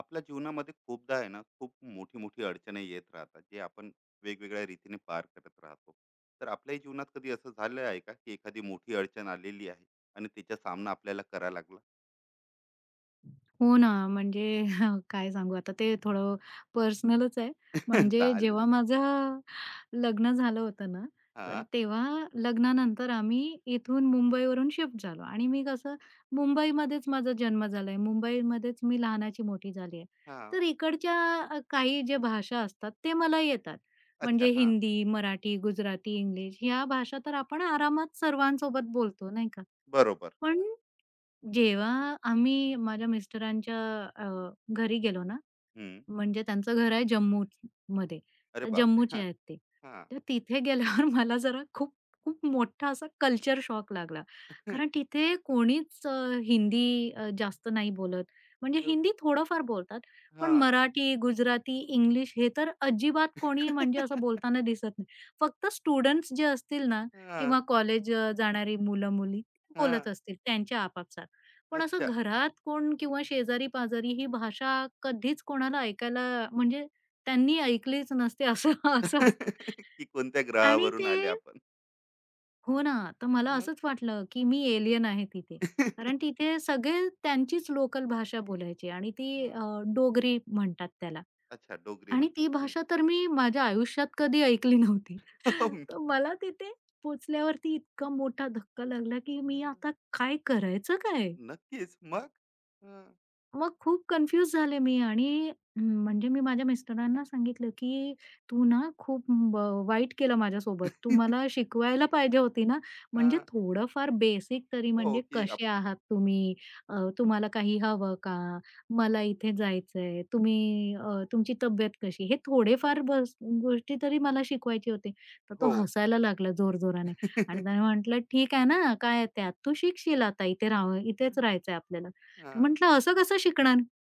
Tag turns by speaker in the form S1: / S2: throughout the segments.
S1: आपल्या जीवनामध्ये खूपदा आहे ना, खूप मोठी मोठी अडचणी येत राहतात, जे आपण वेगवेगळ्या रीतीने पार करत राहतो. तर आपल्याही जीवनात कधी असं झालं आहे का, की एखादी मोठी अडचण आलेली आहे आणि तिचा सामना आपल्याला करा लागला?
S2: हो ना, म्हणजे काय सांगू आता ते थोडं पर्सनलच आहे. म्हणजे जेव्हा
S1: चालेल.
S2: माझं लग्न झालं होतं ना,
S1: हा.
S2: तर तेव्हा लग्नानंतर आम्ही इथून मुंबईवरून शिफ्ट झालो आणि मी कसं मुंबईमध्येच माझा जन्म झालाय. मुंबईमध्येच मी लहानाची मोठी झाली आहे.
S1: हा.
S2: तर इकडच्या काही ज्या भाषा असतात ते मला येतात. म्हणजे
S1: अच्छा, हा.
S2: हिंदी, मराठी, गुजराती, इंग्लिश ह्या भाषा तर आपण आरामात सर्वांसोबत बोलतो, नाही का?
S1: बरोबर.
S2: पण जेव्हा आम्ही माझ्या मिस्टरांच्या अ, घरी गेलो ना,
S1: हम्म.
S2: म्हणजे त्यांचं घर आहे जम्मूमध्ये.
S1: अरे
S2: तर
S1: बाप रे.
S2: जम्मूचे आहेत ते.
S1: हा.
S2: तर तिथे गेल्यावर मला जरा खूप खूप मोठा असा कल्चर शॉक लागला.
S1: हा.
S2: कारण तिथे कोणीच हिंदी जास्त नाही बोलत. म्हणजे
S1: अरे,
S2: हिंदी थोडंफार बोलतात, पण
S1: हा.
S2: मराठी, गुजराती, इंग्लिश हे तर अजिबात कोणी म्हणजे असं बोलताना दिसत नाही. फक्त स्टुडंट्स जे असतील ना
S1: हा.
S2: किंवा कॉलेज जाणारी मुलं-मुली
S1: हा,
S2: बोलत असतील त्यांच्या आपापसात. पण असं
S1: अच्छा.
S2: घरात कोण किंवा शेजारी-पाजारी ही भाषा कधीच कोणाला ऐकायला म्हणजे त्यांनी ऐकलीच नसते असं असं असतं.
S1: की कोणत्या
S2: आणि
S1: ग्रहावरून
S2: ते
S1: आले आपण?
S2: हो ना, तर मला
S1: मग.
S2: असंच वाटलं, की मी एलियन आहे तिथे. कारण तिथे सगळे त्यांचीच लोकल भाषा बोलायची आणि ती
S1: हा,
S2: डोगरी म्हणतात त्याला.
S1: अच्छा, डोगरी
S2: आणि ती
S1: म्हणतात.
S2: भाषा तर मी माझ्या आयुष्यात कधी ऐकली नव्हती.
S1: हम्म.
S2: तर मला तिथे पोहोचल्यावरती इतका मोठा धक्का लागला, की मी आता काय करायचं काय?
S1: नक्कीच. मग? हं.
S2: मग खूप कन्फ्यूज झाले मी आणि हम्म, म्हणजे मी माझ्या मिस्टरांना सांगितलं, की "तू ना खूप वाईट केलं माझ्यासोबत. तू मला शिकवायला पाहिजे होती ना, म्हणजे
S1: हां.
S2: थोडंफार बेसिक तरी
S1: हो,
S2: म्हणजे
S1: की आप.
S2: कसे आहात तुम्ही? तुम्हाला काही हवं का? मला इथे जायचंय. तुम्ही तुमची तब्येत कशी?" हे थोडेफार गोष्टी तरी मला शिकवायचे होते. तर तो
S1: हो.
S2: हसायला लागला जोरजोराने आणि त्याने म्हटलं, "ठीक आहे ना, काय आहे त्यात? तू शिकशील आता इथे राहून इथेच राहायचंय आपल्याला." तर
S1: हां.
S2: म्हटलं असं कसं शिकणार?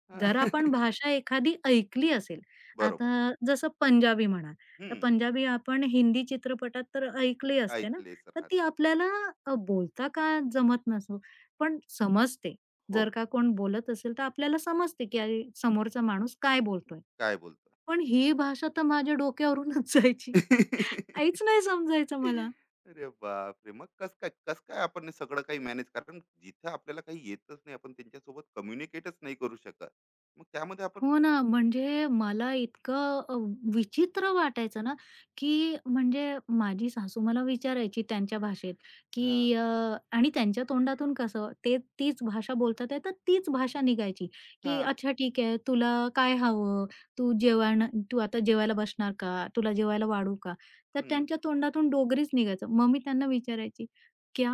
S1: हां.
S2: जर आपण भाषा एखादी ऐकली असेल, आता
S1: बरोबर.
S2: जसं पंजाबी म्हणा, तर
S1: हं.
S2: पंजाबी आपण हिंदी चित्रपटात तर ऐकली असते ना,
S1: ऐकलेच
S2: तर
S1: राहत.
S2: ती आपल्याला बोलता का जमत नसो, पण समजते. जर
S1: हो.
S2: का कोण बोलत असेल, तर आपल्याला समजते की अरे, समोरचा माणूस काय बोलतोय.
S1: काय बोलतो?
S2: पण ही भाषा तर माझ्या डोक्यावरूनच जायची. काहीच नाही समजायचं मला.
S1: अरे बापरे! मग कसं काय, कसं काय आपण हे सगळं काही मॅनेज? कारण जिथं आपल्याला काही येतच नाही, आपण त्यांच्यासोबत कम्युनिकेटच नाही करू शकत. मग त्यामध्ये आपण.
S2: हो ना, म्हणजे मला इतकं विचित्र वाटायचं ना, की म्हणजे माझी सासू मला विचारायची त्यांच्या भाषेत,
S1: हां.
S2: की आणि त्यांच्या तोंडातून कसं ते तीच भाषा बोलतात आहे, तर तीच भाषा निघायची, की
S1: हां.
S2: "अच्छा ठीक आहे, तुला काय हवं? तू जेवण तू आता जेवायला बसणार का? तुला जेवायला वाढू का?" तर
S1: हं.
S2: त्यांच्या तोंडातून डोगरीच निघायचं. मग मी त्यांना विचारायची, "क्या?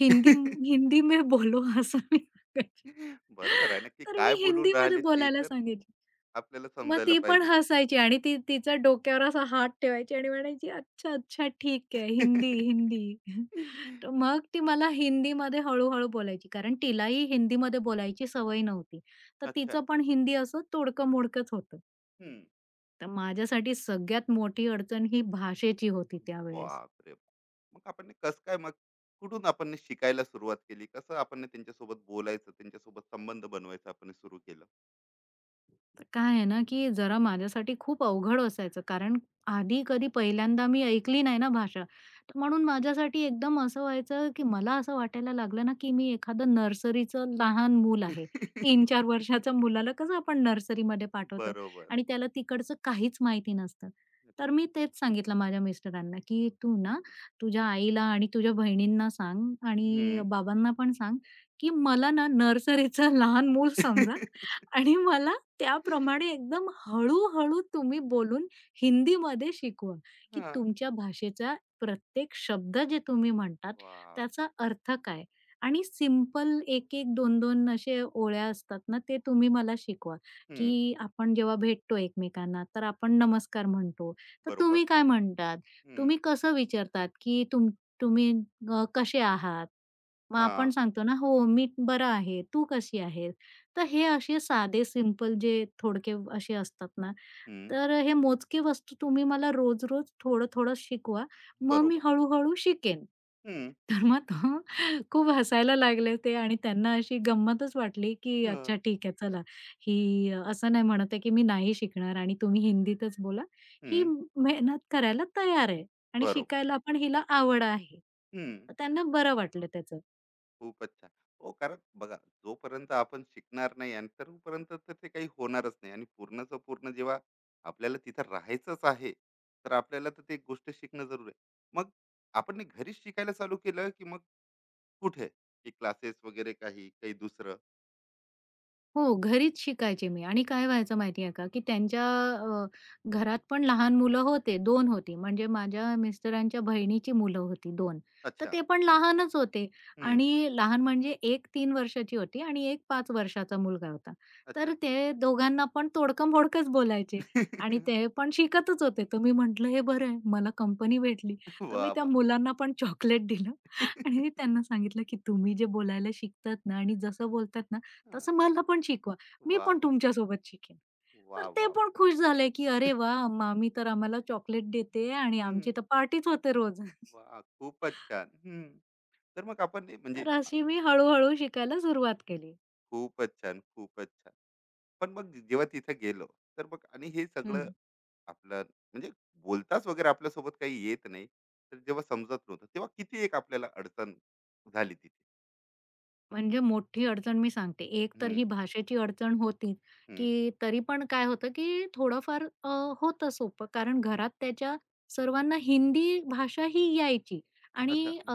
S2: हिंदी हिंदी में बोलो" असं मी सांगायची.
S1: बरोबर आहे ना,
S2: तर मी
S1: काय बोलून
S2: हिंदीमध्ये
S1: राहिले ते
S2: बोलायला
S1: तर
S2: सांगितली.
S1: आपल्याला
S2: मग
S1: समजायला
S2: ती पण
S1: पाहिजे.
S2: हसायची आणि ती तिच्या डोक्यावर असा हात ठेवायची आणि म्हणायची, "अच्छा, अच्छा, ठीक आहे. हिंदी, हिंदी." तर मग ती मला हिंदीमध्ये हळू-हळू बोलायची, कारण तिलाही हिंदीमध्ये बोलायची सवय नव्हती. तर
S1: अच्छा.
S2: तिचं पण हिंदी असं तोडकं-मोडकंच होतं.
S1: हं.
S2: तर माझ्यासाठी सगळ्यात मोठी अडचण ही भाषेची होती त्यावेळेस.
S1: बापरे! मग आपण हे कसं काय मग कुठून आपण हे शिकायला सुरुवात केली? कसं आपण हे त्यांच्यासोबत बोलायचं, त्यांच्यासोबत संबंध बनवायचा आपण हे सुरू केलं?
S2: तर काय आहे ना, की जरा माझ्यासाठी खूप अवघड असायचं. कारण आधी कधी पहिल्यांदा मी ऐकली नाही ना भाषा. तर म्हणून माझ्यासाठी एकदम असं व्हायचं, की मला असं वाटायला लागलं ना, की मी एखादं नर्सरीचं लहान मूल आहे. 3-4 वर्षाच्या मुलाला कसं आपण नर्सरीमध्ये पाठवतो
S1: बरोबर.
S2: आणि त्याला तिकडचं काहीच माहिती नसतं.
S1: अरे.
S2: तर मी तेच सांगितलं माझ्या मिस्टरांना, की "तू ना तुझ्या आईला आणि तुझ्या बहिणींना सांग आणि
S1: हं.
S2: बाबांना पण सांग, की मला ना नर्सरीचं लहान मूल समजा आणि मला त्याप्रमाणे एकदम हळू-हळू तुम्ही बोलून हिंदीमध्ये शिकवा, की
S1: हां.
S2: तुमच्या भाषेचा प्रत्येक शब्द जे तुम्ही म्हणतात,
S1: वाह!
S2: त्याचा अर्थ काय? आणि सिंपल एक एक 2-2 असे ओळ्या असतात ना, ते तुम्ही मला शिकवा,
S1: हं.
S2: की आपण जेव्हा भेटतो एकमेकांना, तर आपण नमस्कार म्हणतो. तर
S1: बरोबर.
S2: तुम्ही काय म्हणतात?
S1: हं.
S2: तुम्ही कसं विचारतात, की तुम्ही कसे आहात? मग
S1: हां.
S2: आपण सांगतो ना, "हो, मी बरं आहे. तू कशी आहेस?" तर हे असे साधे सिंपल जे थोडके असे असतात ना,
S1: हं.
S2: तर हे मोजके वस्तू तुम्ही मला रोज-रोज थोडं-थोडं शिकवा. मग मी
S1: बरोबर.
S2: हळू-हळू शिकेन.
S1: हं.
S2: तर मग तो खूप हसायला लागले ते आणि त्यांना अशी गंमतच वाटली, की अच्छा
S1: हं.
S2: ठीक आहे चला, ही असं नाही म्हणत आहे, की मी नाही शिकणार आणि तुम्ही हिंदीतच बोला. ही
S1: हं.
S2: मेहनत करायला तयार आहे आणि
S1: बरोबर.
S2: शिकायला पण हिला आवड आहे. तर त्यांना बरं वाटलं त्याचं.
S1: खूपच छान. हो, कारण बघा, जोपर्यंत आपण शिकणार नाही, आणि तोपर्यंत तर ते काही होणारच नाही. आणि पूर्णचं पूर्ण जेव्हा आपल्याला तिथं राहायचंच आहे, तर आपल्याला तर ते गोष्ट शिकणं जरूर आहे. मग आपण हे घरीच शिकायला चालू केलं, की मग कुठे? की क्लासेस वगैरे काही, काही दुसरं?
S2: हो, घरीच शिकायचे मी आणि काय व्हायचं माहिती आहे का, की त्यांच्या अ, घरात पण लहान मुलं होते, दोन होती. म्हणजे माझ्या मिस्टरांच्या बहिणीची मुलं होती दोन, तर
S1: अच्छा.
S2: ते पण लहानच होते
S1: हं.
S2: आणि लहान म्हणजे एक तीन वर्षाची होती आणि एक 5 वर्षाचा मुलगा होता. तर
S1: अच्छा.
S2: ते दोघांना पण तोडकंफोडकंच बोलायचे आणि ते पण शिकतच होते. तर मी म्हटलं, "हे बरं आहे, मला कंपनी भेटली." तर मी
S1: वाह,
S2: त्या
S1: वाह!
S2: मुलांना पण चॉकलेट दिलं आणि त्यांना सांगितलं, की "तुम्ही जे बोलायला शिकतात ना आणि जसं बोलतात ना,
S1: हां.
S2: तसं मला पण शिकवा. मी
S1: वाह!
S2: पण तुमच्यासोबत शिकेन."
S1: वाह,
S2: तर ते
S1: वाह!
S2: पण खुश झाले, की "अरे वा, मामी तर आम्हाला चॉकलेट देते आणि आमची
S1: हं.
S2: तर पार्टीच होते रोज."
S1: वाह! खूपच छान. हं. तर मग आपण हे म्हणजे
S2: तर अशी मी हळू-हळू शिकायला सुरुवात केली.
S1: खूपच छान, खूपच छान. पण मग जेव्हा तिथे गेलो, तर मग आणि हे सगळं
S2: हं.
S1: आपलं, म्हणजे बोलताच वगैरे आपल्यासोबत काही येत नाही, तर जेव्हा समजत नव्हतं, तेव्हा किती एक आपल्याला अडचण झाली तिथे.
S2: म्हणजे मोठी अडचण मी सांगते. एक तर
S1: हम्म.
S2: ही भाषेची अडचण होती,
S1: हम्म.
S2: की तरी पण काय होतं, की थोडंफार होतं सोपं. कारण घरात त्याच्या सर्वांना हिंदी भाषा ही यायची
S1: अच्छा,
S2: आणि
S1: हम्म.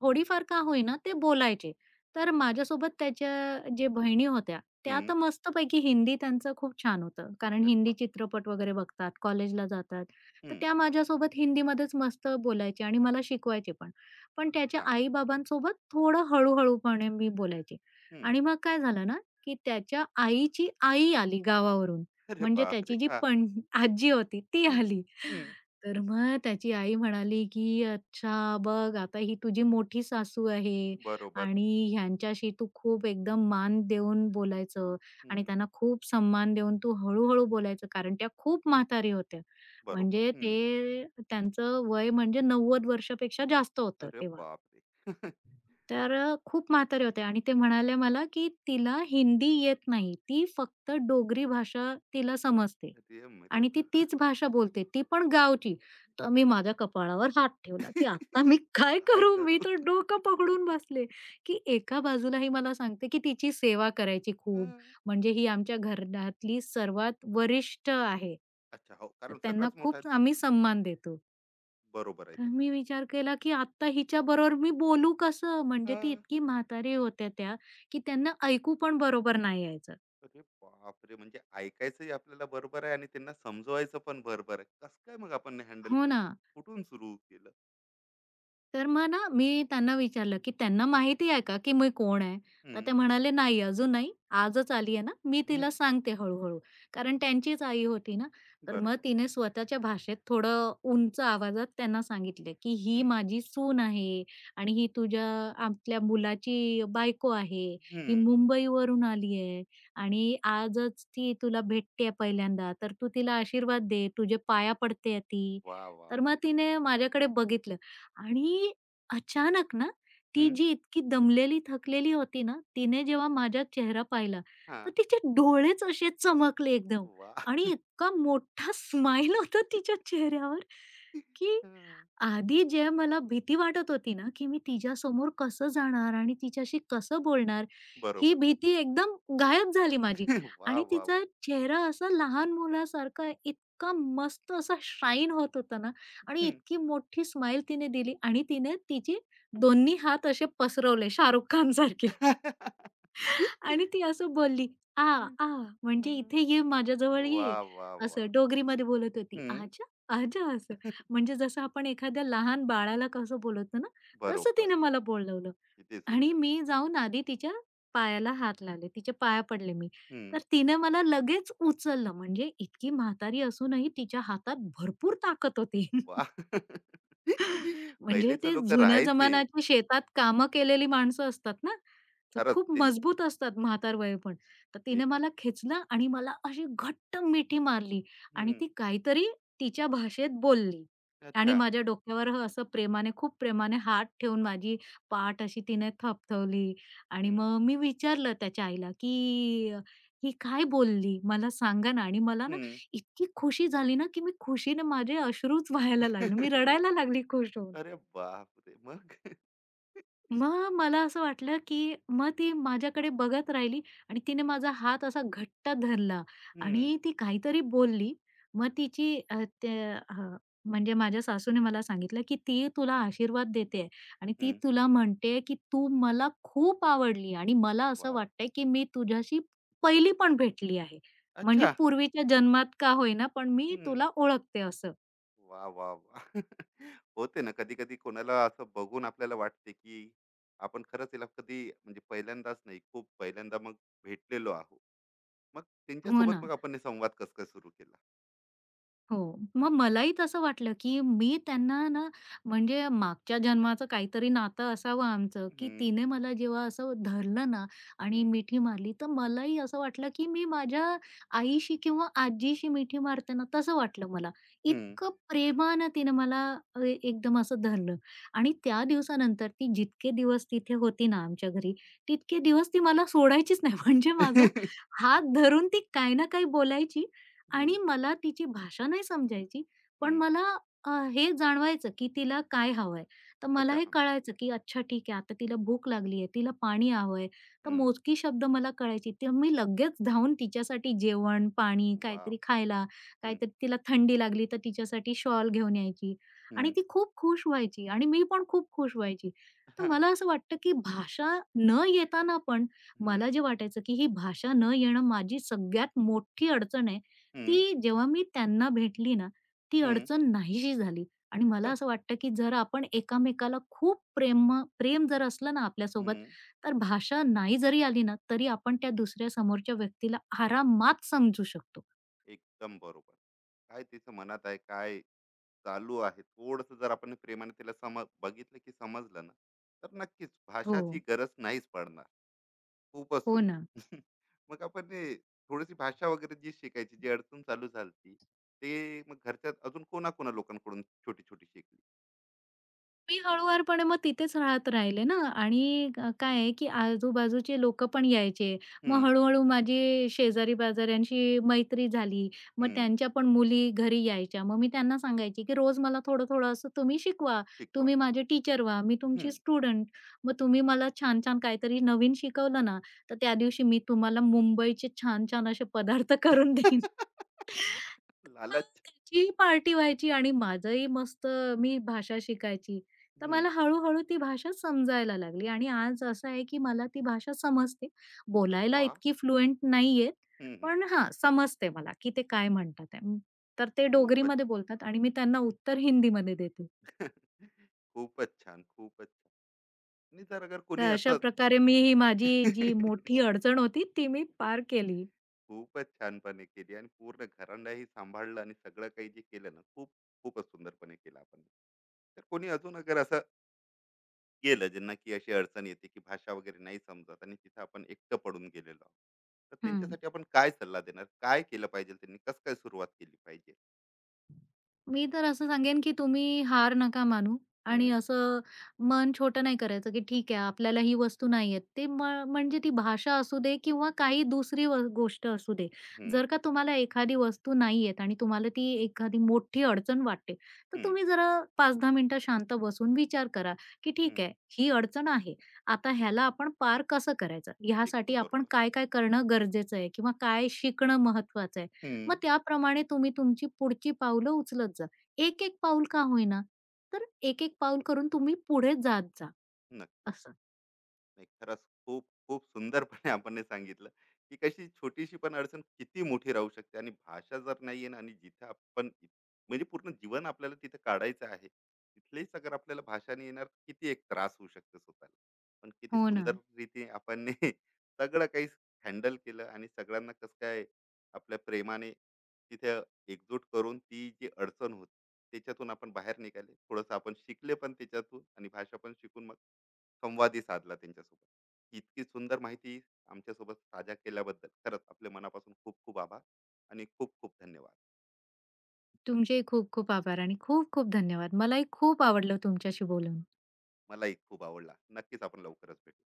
S2: थोडीफार का होईना ते बोलायचे. तर माझ्यासोबत त्याच्या जे बहिणी होत्या, त्या
S1: हम्म.
S2: तर मस्तपैकी हिंदी त्यांचं खूप छान होतं. कारण
S1: अरे
S2: हिंदी
S1: वा.
S2: चित्रपट वगैरे बघतात, कॉलेजला जातात. तर
S1: हम्म.
S2: त्या माझ्यासोबत हिंदीमध्येच मस्त बोलायच्या आणि मला शिकवायचे पण. पण त्याच्या
S1: छान.
S2: आई-बाबांसोबत थोडं हळू-हळूपणे मी बोलायचे.
S1: हम्म.
S2: आणि मग काय झालं ना, की त्याच्या आईची आई आली गावावरून.
S1: अरे
S2: म्हणजे
S1: बापरे,
S2: त्याची जी
S1: हा.
S2: पण आजी होती ती
S1: हम्म.
S2: आली.
S1: हम्म.
S2: तर मग त्याची आई म्हणाली, की "अच्छा बघ आता ही तुझी मोठी सासू आहे
S1: बरोबर.
S2: आणि ह्यांच्याशी तू खूप एकदम मान देऊन बोलायचं आणि
S1: हम्म.
S2: त्यांना खूप सन्मान देऊन तू हळू बोलायचं कारण त्या खूप म्हातारी होत्या.
S1: बरोबर.
S2: म्हणजे
S1: हम्म.
S2: ते त्यांचं वय म्हणजे 90 वर्षापेक्षा जास्त होतं
S1: अरे
S2: तेव्हा.
S1: बापरे.
S2: तर खूप म्हातारे होते आणि ते म्हणाले मला, की "तिला हिंदी येत नाही. ती फक्त डोगरी भाषा तिला समजते
S1: अरे
S2: आणि ती तीच भाषा बोलते, ती पण गावची." तर मी माझ्या कपाळावर हात ठेवला, की आता मी काय
S1: काय
S2: करू?
S1: करू?
S2: मी तर डोकं पकडून बसले, की एका बाजूला ही मला सांगते, की तिची सेवा करायची
S1: हा.
S2: खूप. म्हणजे ही आमच्या घरातली सर्वात वरिष्ठ आहे.
S1: अच्छा, हो,
S2: तर
S1: कारण
S2: त्यांना
S1: सगळ्याच मोठा.
S2: खूप आम्ही सन्मान देतो.
S1: बरोबर आहे
S2: तर
S1: तिथं.
S2: मी विचार केला, की आता हिच्याबरोबर मी बोलू कसं? म्हणजे
S1: हा.
S2: ती इतकी म्हातारी होत्या त्या, की त्यांना ऐकू पण बरोबर नाही यायचं.
S1: अरे बापरे! म्हणजे ऐकायचंही आपल्याला बरोबर आहे आणि त्यांना समजवायचं पण बरोबर आहे. कसं काय मग आपण हँडल
S2: हो
S1: केलं?
S2: ना.
S1: कुठून सुरू केलं?
S2: तर मग ना, मी त्यांना विचारलं, की "त्यांना माहिती आहे का, की मी कोण आहे?" तर ते
S1: हं.
S2: म्हणाले, "नाही, अजून नाही. आजच आली आहे ना, मी तिला
S1: हं.
S2: सांगते हळू-हळू." कारण त्यांचीच आई होती ना, तर मग
S1: बरोबर.
S2: तिने स्वतःच्या भाषेत थोडं उंच आवाजात त्यांना सांगितलं, की "ही
S1: हं.
S2: माझी सून आहे आणि ही आपल्या मुलाची बायको आहे. ही
S1: हं.
S2: मुंबईवरून आली आहे आणि आजच ती तुला भेटते पहिल्यांदा, तर तू तिला आशीर्वाद दे. तुझे पाया पडते ती."
S1: वाह! वाह! वाह!
S2: तर मग तिने माझ्याकडे बघितलं आणि अचानक ना, ती
S1: हं.
S2: जी इतकी दमलेली, थकलेली होती ना, तिने जेव्हा माझा चेहरा पाहिला, तर
S1: हां.
S2: तिचे डोळेच असे चमकले एकदम आणि
S1: वाह!
S2: इतका मोठा स्माइल होता तिच्या चेहऱ्यावर, की
S1: हं.
S2: आधी जे मला भीती वाटत होती ना, की मी तिच्यासमोर कसं जाणार आणि तिच्याशी कसं बोलणार, ही
S1: बरोबर.
S2: भीती एकदम गायब झाली माझी
S1: वाह!
S2: आणि
S1: वाह!
S2: तिचा
S1: वाह!
S2: चेहरा असा लहान मुलासारखा इतका मस्त असा शाईन होत होता ना. आणि
S1: हं.
S2: इतकी मोठी स्माइल तिने दिली आणि तिने तिचे दोन्ही हात असे पसरवले शाहरुख खान सारखे आणि ती असं बोलली, "आ,
S1: हां.
S2: आ, म्हणजे इथे ये, माझ्याजवळ ये."
S1: वाह! वाह! वाह!
S2: असं डोगरीमध्ये बोलत होती. "आजा, आजा" असं. म्हणजे जसं आपण एखाद्या लहान बाळाला कसं बोलवतो ना, तसं
S1: बरोबर.
S2: तिने मला बोलवलं
S1: किती
S2: आणि
S1: सुंदर.
S2: मी जाऊन आधी तिच्या पायाला हात लावले, तिच्या पाया पडले मी. तर
S1: हं.
S2: तिने मला लगेच उचललं म्हणजे इतकी म्हातारी असूनही तिच्या हातात भरपूर ताकद होती.
S1: वाह!
S2: म्हणजे
S1: पहिलेचे
S2: ते
S1: लोकं
S2: जुन्या
S1: राहायचे.
S2: जमान्याची शेतात कामं केलेली माणसं असतात ना, तर
S1: खरंच
S2: खूप
S1: ते.
S2: मजबूत असतात म्हातारवयीन पण. तर तिने
S1: एक.
S2: मला खेचलं आणि मला अशी घट्ट मिठी मारली आणि ती काहीतरी तिच्या भाषेत बोलली आणि
S1: अच्छा.
S2: माझ्या डोक्यावर असं प्रेमाने, खूप प्रेमाने हात ठेवून माझी पाठ अशी तिने थपथवली आणि
S1: हं.
S2: मग मी विचारलं त्याच्या आईला, की ही काय बोलली? मला सांगा ना." आणि मला ना
S1: हं.
S2: इतकी खुशी झाली ना, की मी खुशीने माझे अश्रूच वाहायला लागले. मी रडायला लागली खुश होऊन.
S1: अरे बापरे! मग?
S2: मग मला असं वाटलं, की मग ती माझ्याकडे बघत राहिली आणि तिने माझा हात असा घट्ट धरला
S1: हं.
S2: आणि ती काहीतरी बोलली. मग तिची अ, ते हं, म्हणजे माझ्या सासूने मला सांगितलं, की "ती तुला आशीर्वाद देते आणि ती
S1: हं.
S2: तुला म्हणते, की तू मला खूप आवडली आणि मला
S1: वाह,
S2: असं
S1: वाह!
S2: वाटतंय, की मी तुझ्याशी पहिली पण भेटली आहे. म्हणजे
S1: अच्छा.
S2: पूर्वीच्या जन्मात का होईना, पण मी
S1: हं.
S2: तुला ओळखते." असं.
S1: वाह, वाह, वाह! होते ना कधी-कधी, कोणाला असं बघून आपल्याला वाटते, की आपण खरंच हिला कधी, म्हणजे पहिल्यांदाच नाही, खूप पहिल्यांदा मग भेटलेलो आहोत. मग
S2: हो
S1: त्यांच्यासोबत
S2: ना.
S1: मग आपण हे संवाद कसं काय सुरू केला?
S2: हो. मग मलाही तसं वाटलं, की मी त्यांना ना म्हणजे मागच्या जन्माचं काहीतरी नातं असावं आमचं,
S1: हं.
S2: की
S1: हं.
S2: तिने मला जेव्हा असं धरलं ना आणि
S1: हं.
S2: मिठी मारली, तर मलाही असं वाटलं, की मी माझ्या आईशी किंवा आजीशी मिठी मारते ना, तसं वाटलं मला. इतकं प्रेमानं तिने मला एकदम असं धरलं आणि त्या दिवसानंतर ती जितके दिवस तिथे होती ना आमच्या घरी, तितके दिवस ती मला सोडायचीच नाही. म्हणजे माझा
S1: हं.
S2: हात धरून ती काही ना काही बोलायची आणि मला तिची भाषा नाही समजायची, पण
S1: हं.
S2: मला हे जाणवायचं की तिला काय हवंय. तर मला
S1: अच्छा.
S2: हे
S1: हं.
S2: कळायचं की अच्छा ठीक आहे, आता तिला भूक लागली आहे, तिला पाणी हवंय. तर
S1: हं.
S2: मोजकी शब्द मला कळायची. तर मी लगेच धावून तिच्यासाठी जेवण, पाणी,
S1: वॉव!
S2: काहीतरी खायला,
S1: हं.
S2: काहीतरी तिला थंडी लागली तर तिच्यासाठी शॉल घेऊन यायची आणि
S1: हं.
S2: ती खूप खुश व्हायची आणि मी पण खूप खुश व्हायची. तर
S1: हां.
S2: मला असं वाटतं की भाषा न येताना पण
S1: हं.
S2: मला जे वाटायचं की ही भाषा न येणं माझी सगळ्यात मोठी अडचण आहे.
S1: हं.
S2: ती जेव्हा मी त्यांना भेटली ना, ती अडचण नाहीशी झाली आणि मला असं वाटतं, की जर आपण एकामेकाला खूप प्रेम प्रेम जर असलं ना आपल्यासोबत, तर भाषा नाही जरी आली ना, तरी आपण त्या दुसऱ्या समोरच्या व्यक्तीला आरामात समजू शकतो.
S1: एकदम बरोबर. काय तिचं मनात आहे, काय चालू आहे, थोडंसं जर आपण प्रेमाने तिला सम बघितलं, की समजलं ना, तर नक्कीच
S2: हो,
S1: भाषाची गरज नाहीच पडणार. खूपच
S2: हो
S1: सुंदर.
S2: ना.
S1: मग आपण हे थोडीशी भाषा वगैरे जी शिकायची, जी अडचण चालू झाली, ते मग घरच्यात अजून कोणा-कोणा लोकांकडून छोटी-छोटी शिकली?
S2: मी हळूवारपणे मग तिथेच राहत राहिले ना आणि काय
S1: हं.
S2: आहे, की आजूबाजूचे लोकं पण यायचे. मग
S1: हं.
S2: हळू-हळू माझी शेजारी-पाजाऱ्यांशी मैत्री झाली. मग
S1: हं,
S2: त्यांच्या पण मुली घरी यायच्या. मग मी त्यांना सांगायची, की रोज मला थोडं-थोडं असं तुम्ही शिकवा.
S1: शिकवा.
S2: तुम्ही माझे टीचर व्हा. मी तुमची
S1: हं.
S2: स्टुडंट. मग तुम्ही मला छान-छान काहीतरी नवीन शिकवलं ना, तर त्या दिवशी मी तुम्हाला मुंबईचे छान-छान असे पदार्थ करून देईन. मग
S1: लालच.
S2: त्याचीही पार्टी व्हायची आणि माझंही मस्त मी भाषा शिकायची. तर
S1: हं.
S2: मला हळू-हळू ती भाषा समजायला लागली आणि आज असं आहे की मला ती भाषा समजते. बोलायला
S1: वाह!
S2: इतकी फ्लुएंट नाही
S1: हं. हं.
S2: पण हां, समजते मला की ते काय म्हणतात आहे. तर ते
S1: खूपच.
S2: डोगरीमध्ये बोलतात आणि मी त्यांना उत्तर हिंदीमध्ये देते.
S1: खूपच छान, खूपच छान. आणि जर अगर
S2: तर
S1: कोणी
S2: अशा
S1: असं.
S2: प्रकारे मी ही माझी जी मोठी अडचण होती, ती मी पार केली.
S1: खूपच छानपणे केली आणि पूर्ण घरांडाही सांभाळलं आणि सगळं काही जे केलं ना, खूप खूपच सुंदरपणे केलं आपण. तर कोणी अजून अगर असं गेलं, ज्यांना की अशी अडचण येते, की भाषा वगैरे नाही समजत, आणि तिथे आपण एकटं पडून गेलेलो आहोत, तर
S2: हं.
S1: त्यांच्यासाठी आपण काय सल्ला देणार? काय केलं पाहिजे त्यांनी? कसं काय सुरुवात केली पाहिजे?
S2: मी तर असं सांगेन, की तुम्ही हार नका मानू आणि
S1: हम्म.
S2: असं मन छोटं नाही करायचं, की ठीक आहे आपल्याला ही वस्तू नाही येत. ते म म्हणजे ती भाषा असू दे किंवा काही दुसरी व गोष्ट असू दे.
S1: हम्म.
S2: जर का तुम्हाला एखादी वस्तू नाही येत आणि तुम्हाला ती एखादी मोठी अडचण वाटते, तर
S1: हम्म.
S2: तुम्ही जरा 5-10 मिनिटं शांत बसून विचार करा, की ठीक
S1: हम्म.
S2: आहे ही अडचण आहे. आता ह्याला आपण पार कसं करायचं? ह्यासाठी
S1: एकदम
S2: आपण
S1: बरोबर.
S2: काय-काय करणं गरजेचं आहे किंवा काय शिकणं महत्वाचं आहे? मग
S1: हम्म.
S2: त्याप्रमाणे तुम्ही तुमची पुढची पावलं उचलत जा. एक-एक पाऊल का होईना, तर एक-एक पाऊल करून तुम्ही पुढे जात जा,
S1: नक्की.
S2: असं.
S1: नाही, खरंच खूप खूप सुंदरपणे आपण हे सांगितलं, की कशी छोटीशी पण अडचण किती मोठी राहू शकते, आणि भाषा जर नाही आहे ना, आणि जिथे आपण म्हणजे पूर्ण जीवन आपल्याला तिथे काढायचं आहे, तिथलेच अगर आपल्याला भाषा नाही येणार, किती एक त्रास होऊ शकतो स्वतःला. पण किती
S2: हो ना.
S1: सुंदर रीती आपण हे सगळं काही हॅन्डल केलं, आणि सगळ्यांना कसं काय आपल्या प्रेमाने तिथे एकजूट करून, ती जी अडचण होती त्याच्यातून आपण बाहेर निघाले, थोडंसं आपण शिकले पण त्याच्यातून, आणि भाषा पण शिकून मग संवादही साधला त्यांच्यासोबत. ही इतकी सुंदर माहिती आमच्यासोबत साझा केल्याबद्दल खरंच आपल्या मनापासून खूप खूप आभार आणि खूप खूप धन्यवाद.
S2: तुमचेही खूप खूप आभार आणि खूप खूप धन्यवाद. मलाही खूप आवडलं तुमच्याशी बोलून.
S1: मलाही खूप आवडला. नक्कीच आपण लवकरच भेटू.